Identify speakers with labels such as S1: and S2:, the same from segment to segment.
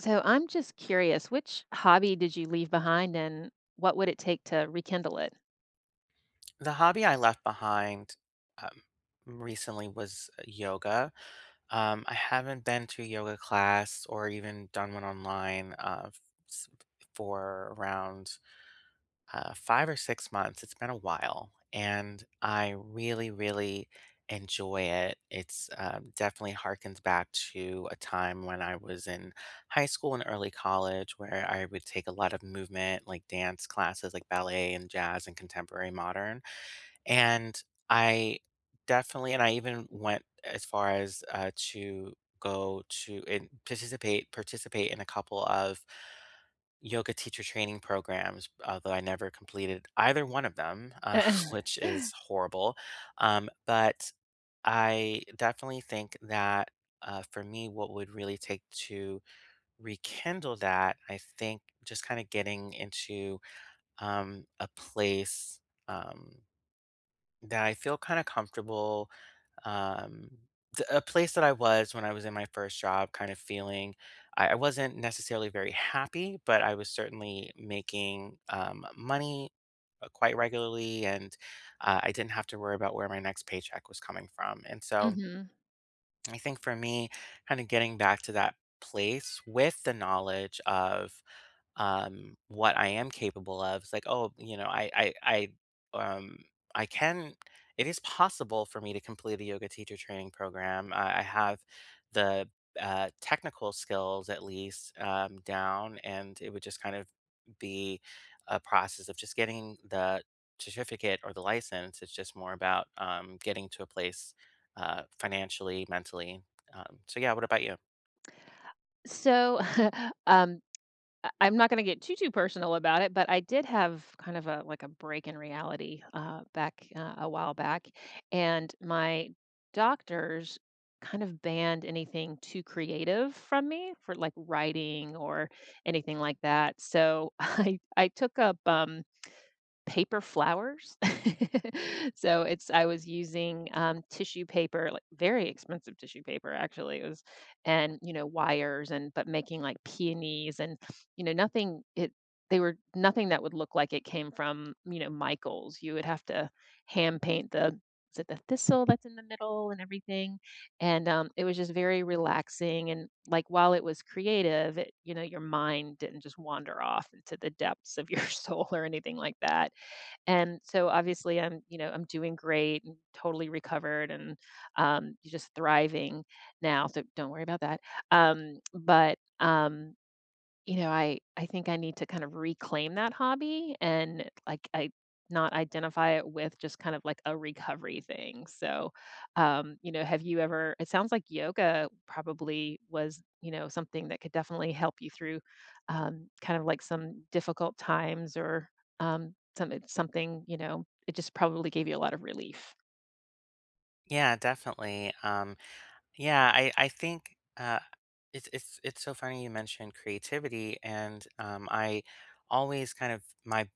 S1: So I'm just curious, which hobby did you leave behind and what would it take to rekindle it?
S2: The hobby I left behind um, recently was yoga. I haven't been to a yoga class or even done one online s- for around 5 or 6 months. It's been a while, and I really, really enjoy it. It's definitely harkens back to a time when I was in high school and early college where I would take a lot of movement, like dance classes, like ballet and jazz and contemporary modern and I definitely and I even went as far as, to go to and participate in a couple of yoga teacher training programs, although I never completed either one of them, which is horrible. But I definitely think that, for me, what would really take to rekindle that, I think just kinda getting into, a place, um that I feel kinda comfortable, um, th a place that I was when I was in my first job, kind of feeling I wasn't necessarily very happy, but I was certainly making, money, quite regularly, and, I didn't have to worry about where my next paycheck was coming from, and so,
S1: Hmm.
S2: I think for me, kinda getting back to that place with the knowledge of what I am capable of. It's like, oh, you know, um, I can. It is possible for me to complete a yoga teacher training program. I have the technical skills at least down, and it would just kind of be a process of just getting the certificate or the license. It's just more about getting to a place financially, mentally. So yeah, what about you?
S1: So um, I'm not going to get too, too personal about it, but I did have kind of a like a break in reality, back, a while back. And my doctors kind of banned anything too creative from me for like writing or anything like that. So I took up, paper flowers. So it's I was using, tissue paper, like, very expensive tissue paper, actually, it was, and wires, and but making, like, peonies, and you know, nothing it they were nothing that would look like it came from, Michaels. You would have to hand paint the is it the thistle that's in the middle and everything? And, it was just very relaxing and, like, while it was creative, your mind didn't just wander off into the depths of your soul or anything like that. And so obviously I'm doing great and totally recovered and just thriving now. So don't worry about that. But I think I need to kind of reclaim that hobby, and like I not identify it with just kind of like a recovery thing. So, have you ever it sounds like yoga probably was, something that could definitely help you through kind of like some difficult times, or something, it just probably gave you a lot of relief.
S2: Yeah, definitely. Yeah, I think it's so funny you mentioned creativity, and I always kind of my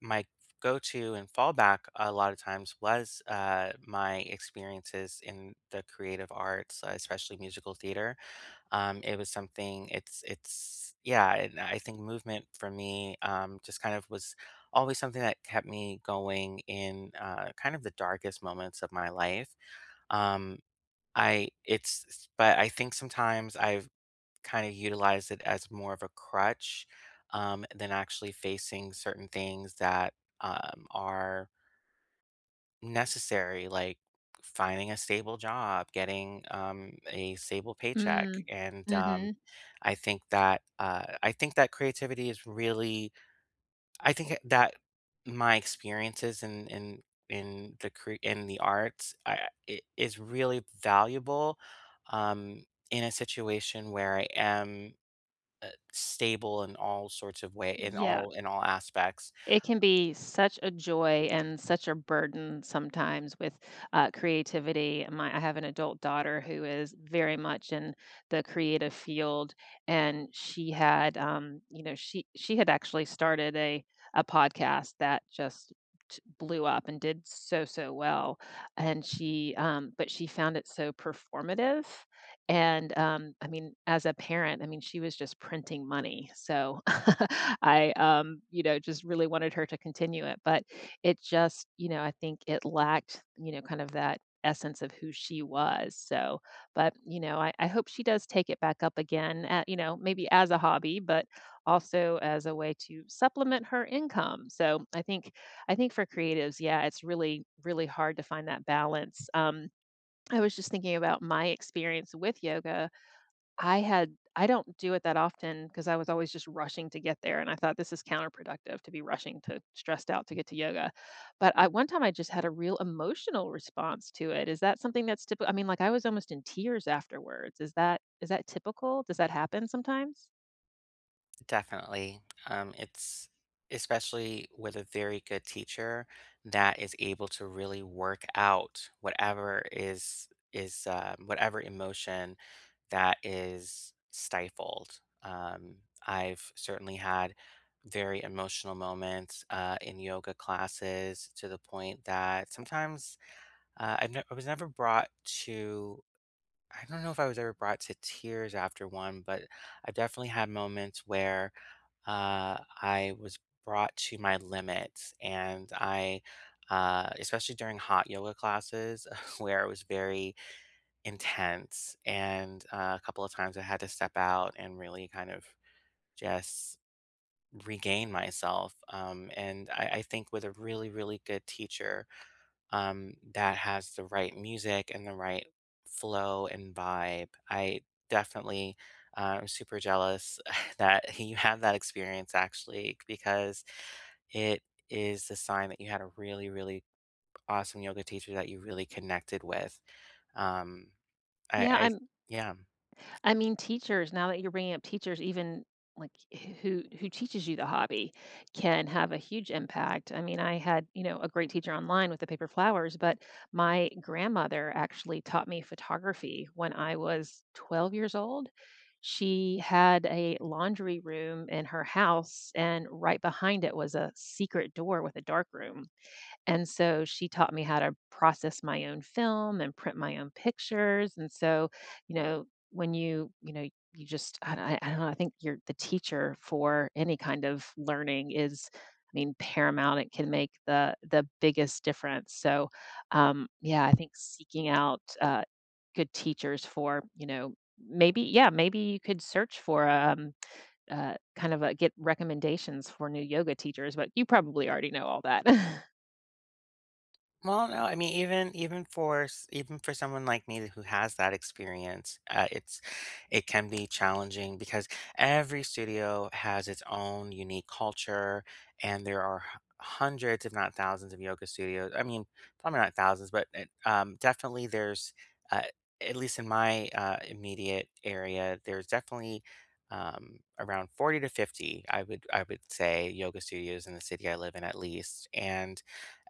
S2: my go-to and fallback a lot of times was my experiences in the creative arts, especially musical theater. It was something. It's yeah, and I think movement for me just kind of was always something that kept me going in kind of the darkest moments of my life. Um, I it's but I think sometimes I've kind of utilized it as more of a crutch than actually facing certain things that are necessary, like finding a stable job, getting a stable paycheck,
S1: Mm.
S2: and
S1: Mhm.
S2: I think that creativity is really I think that my experiences in the in the arts I, it is really valuable um, in a situation where I am stable in all sorts of way
S1: Yeah.
S2: in all aspects.
S1: It can be such a joy and such a burden sometimes with creativity. I have an adult daughter who is very much in the creative field, and she had, you know, she had actually started a podcast that just blew up and did so so well, and she, but she found it so performative and, I mean, as a parent, I mean, she was just printing money. So I just really wanted her to continue it. But it just, I think it lacked, kind of that essence of who she was. So, but, I hope she does take it back up again, at, maybe as a hobby, but also as a way to supplement her income. So I think for creatives, yeah, it's really, really hard to find that balance. I was just thinking about my experience with yoga. I don't do it that often because I was always just rushing to get there, and I thought this is counterproductive to be rushing to stressed out to get to yoga. But I one time I just had a real emotional response to it. Is that something that's typical? I mean, like, I was almost in tears afterwards. Is that typical? Does that happen sometimes?
S2: Definitely. It's especially with a very good teacher that is able to really work out whatever is whatever emotion that is stifled. I've certainly had very emotional moments in yoga classes to the point that sometimes I was never brought to I don't know if I was ever brought to tears after one, but I've definitely had moments where I was brought to my limits, and especially during hot yoga classes where it was very intense, and a couple of times I had to step out and really kind of just regain myself. And I think with a really, really good teacher, that has the right music and the right flow and vibe. I definitely am super jealous that you had that experience actually, because it is the sign that you had a really, really awesome yoga teacher that you really connected with. Um,
S1: Yeah.
S2: I yeah.
S1: I mean, teachers, now that you're bringing up teachers, even like who teaches you the hobby can have a huge impact. I mean, I had, a great teacher online with the paper flowers, but my grandmother actually taught me photography when I was 12 years old. She had a laundry room in her house, and right behind it was a secret door with a dark room. And so she taught me how to process my own film and print my own pictures. And so, you know, when you, you just, I, don't- I don't know, I think you're the teacher for any kind of learning is, I mean, paramount. It can make the biggest difference. So, yeah, I think seeking out good teachers for, maybe, yeah, maybe you could search for get recommendations for new yoga teachers, but you probably already know all that.
S2: Well, no, I mean, even even for someone like me who has that experience, it's it can be challenging because every studio has its own unique culture, and there are hundreds, if not thousands, of yoga studios. I mean, probably not thousands, but it, definitely there's, uh, at least in my immediate area, there's definitely around 40 to 50. I would say yoga studios in the city I live in at least, and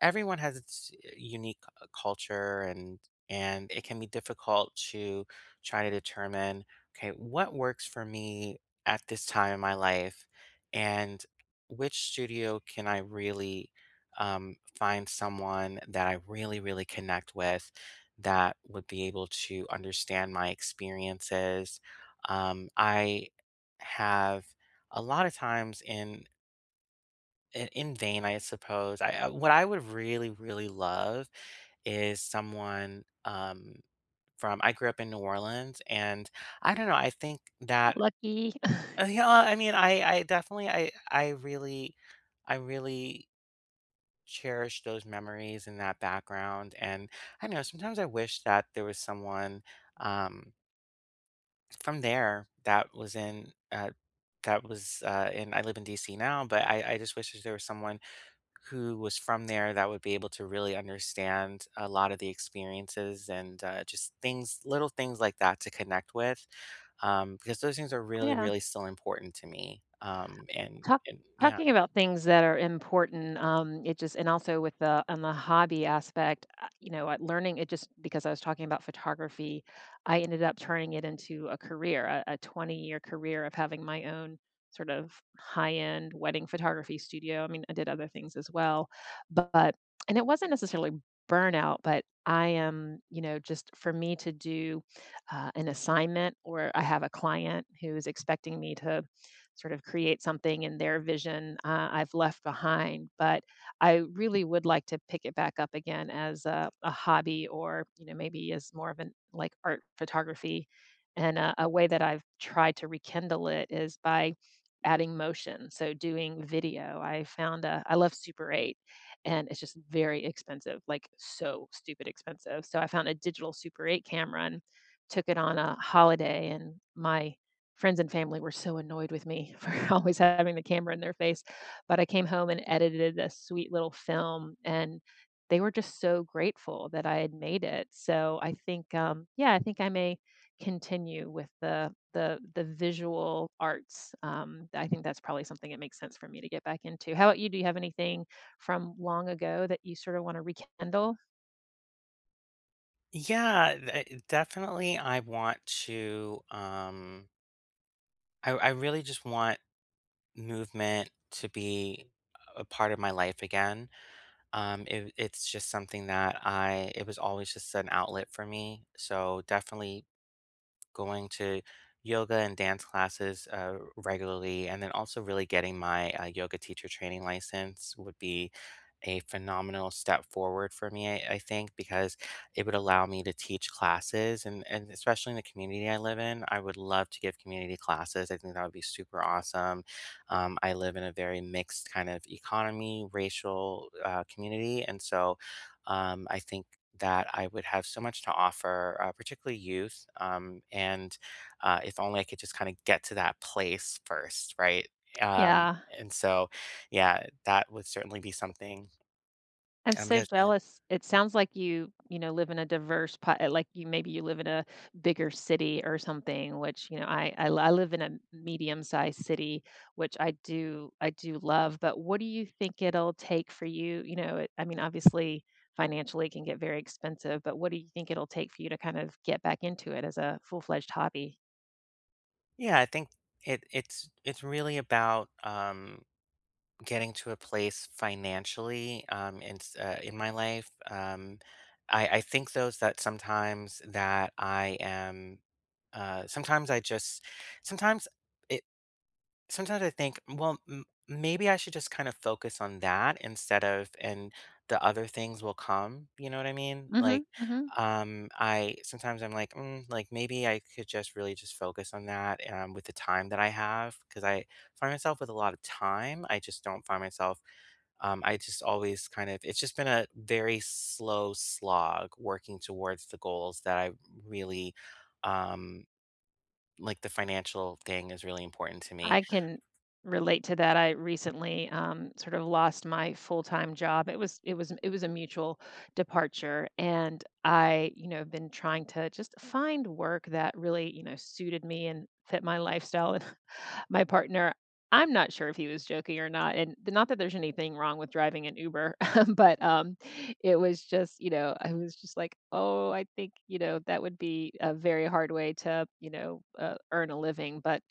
S2: everyone has its unique culture and it can be difficult to try to determine okay what works for me at this time in my life and which studio can I really find someone that I really really connect with that would be able to understand my experiences I have a lot of times in vain, I suppose. What I would really, really love is someone from. I grew up in New Orleans, and I don't know. I think that
S1: Lucky.
S2: yeah. I mean, I definitely I really I really cherish those memories and that background. And I don't know. Sometimes I wish that there was someone um, from there that was in. That was in. I live in DC now, but I just wish that there was someone who was from there that would be able to really understand a lot of the experiences and just things, little things like that to connect with, because those things are really,
S1: Yeah.
S2: really still important to me. Um, and,
S1: talk
S2: and yeah,
S1: talking about things that are important. Um it just and also with the on the hobby aspect, at learning, it just because I was talking about photography, I ended up turning it into a career, a 20-year career of having my own sort of high end wedding photography studio. I mean, I did other things as well, but and it wasn't necessarily burnout, but I am, just for me to do an assignment, or I have a client who is expecting me to sort of create something in their vision, I've left behind. But I really would like to pick it back up again as a hobby or, maybe as more of an like art photography. And a way that I've tried to rekindle it is by adding motion. So doing video. I love Super 8, and it's just very expensive, like so stupid expensive. So I found a digital Super 8 camera and took it on a holiday, and my friends and family were so annoyed with me for always having the camera in their face, but I came home and edited a sweet little film, and they were just so grateful that I had made it. So yeah, I think I may continue with the visual arts. I think that's probably something that makes sense for me to get back into. How about you? Do you have anything from long ago that you sort of want to rekindle?
S2: yeah, definitely. I want to. I really just want movement to be a part of my life again. It's just something that I. it was always just an outlet for me. So definitely going to yoga and dance classes regularly, and then also really getting my yoga teacher training license would be a phenomenal step forward for me, I think, because it would allow me to teach classes and especially in the community I live in. I would love to give community classes. I think that would be super awesome. I live in a very mixed kind of economy, racial community. And so I think that I would have so much to offer, particularly youth. And if only I could just kind of get to that place first, right? Um,
S1: Yeah.
S2: and so, yeah, that would certainly be something.
S1: I'm so
S2: Because
S1: jealous. It sounds like you, live in a diverse like, you maybe you live in a bigger city or something, which, I live in a medium-sized city, which I do, I do love, but what do you think it'll take for you, I mean, obviously financially it can get very expensive, but what do you think it'll take for you to kind of get back into it as a full-fledged hobby?
S2: Yeah, I think it's it's really about getting to a place financially in my life. I think those that sometimes that I am. Sometimes I just sometimes sometimes I think, well, maybe I should just kind of focus on that instead of, and the other things will come. You know what I mean? Like,
S1: Mhm. Mhm.
S2: I sometimes I'm like, mm, like maybe I could just really just focus on that with the time that I have because I find myself with a lot of time. I just don't find myself. I just always kind of. It's just been a very slow slog working towards the goals that I really. Um, like the financial thing is really important to me.
S1: I can relate to that. I recently, sort of lost my full time job. It was a mutual departure, and I, have been trying to just find work that really, suited me and fit my lifestyle. My partner, I'm not sure if he was joking or not, and not that there's anything wrong with driving an Uber, but, it was just, I was just like, "Oh, I think, that would be a very hard way to, earn a living," but,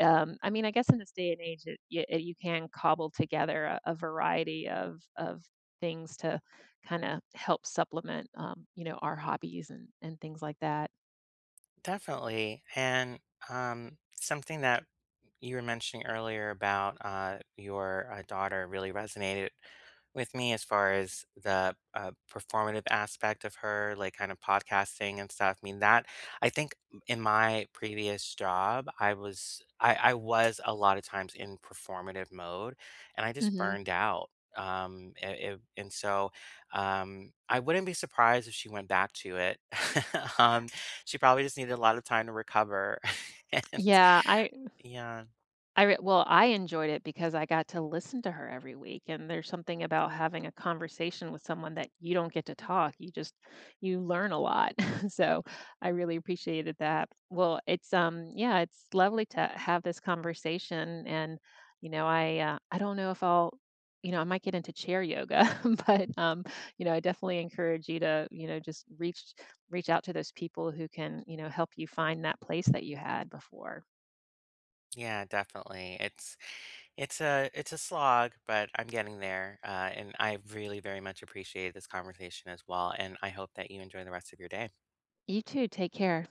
S1: I mean, I guess in this day and age, it y it you can cobble together a variety of things to kinda help supplement, our hobbies and things like that.
S2: Definitely. And something that you were mentioning earlier about your daughter really resonated with me as far as the performative aspect of her, like kind of podcasting and stuff. I mean that I think in my previous job, I was a lot of times in performative mode, and I just
S1: Mhm.
S2: burned out. And so I wouldn't be surprised if she went back to it. um, she probably just needed a lot of time to recover. and
S1: Yeah,
S2: yeah,
S1: I re well, I enjoyed it because I got to listen to her every week, and there's something about having a conversation with someone that you don't get to talk. You learn a lot. So, I really appreciated that. Well, yeah, it's lovely to have this conversation, and, I don't know if I'll you know, I might get into chair yoga, but, I definitely encourage you to, just reach out to those people who can, help you find that place that you had before.
S2: yeah, definitely. It's it's a slog, but I'm getting there. And I really very much appreciate this conversation as well. And I hope that you enjoy the rest of your day.
S1: You too, take care.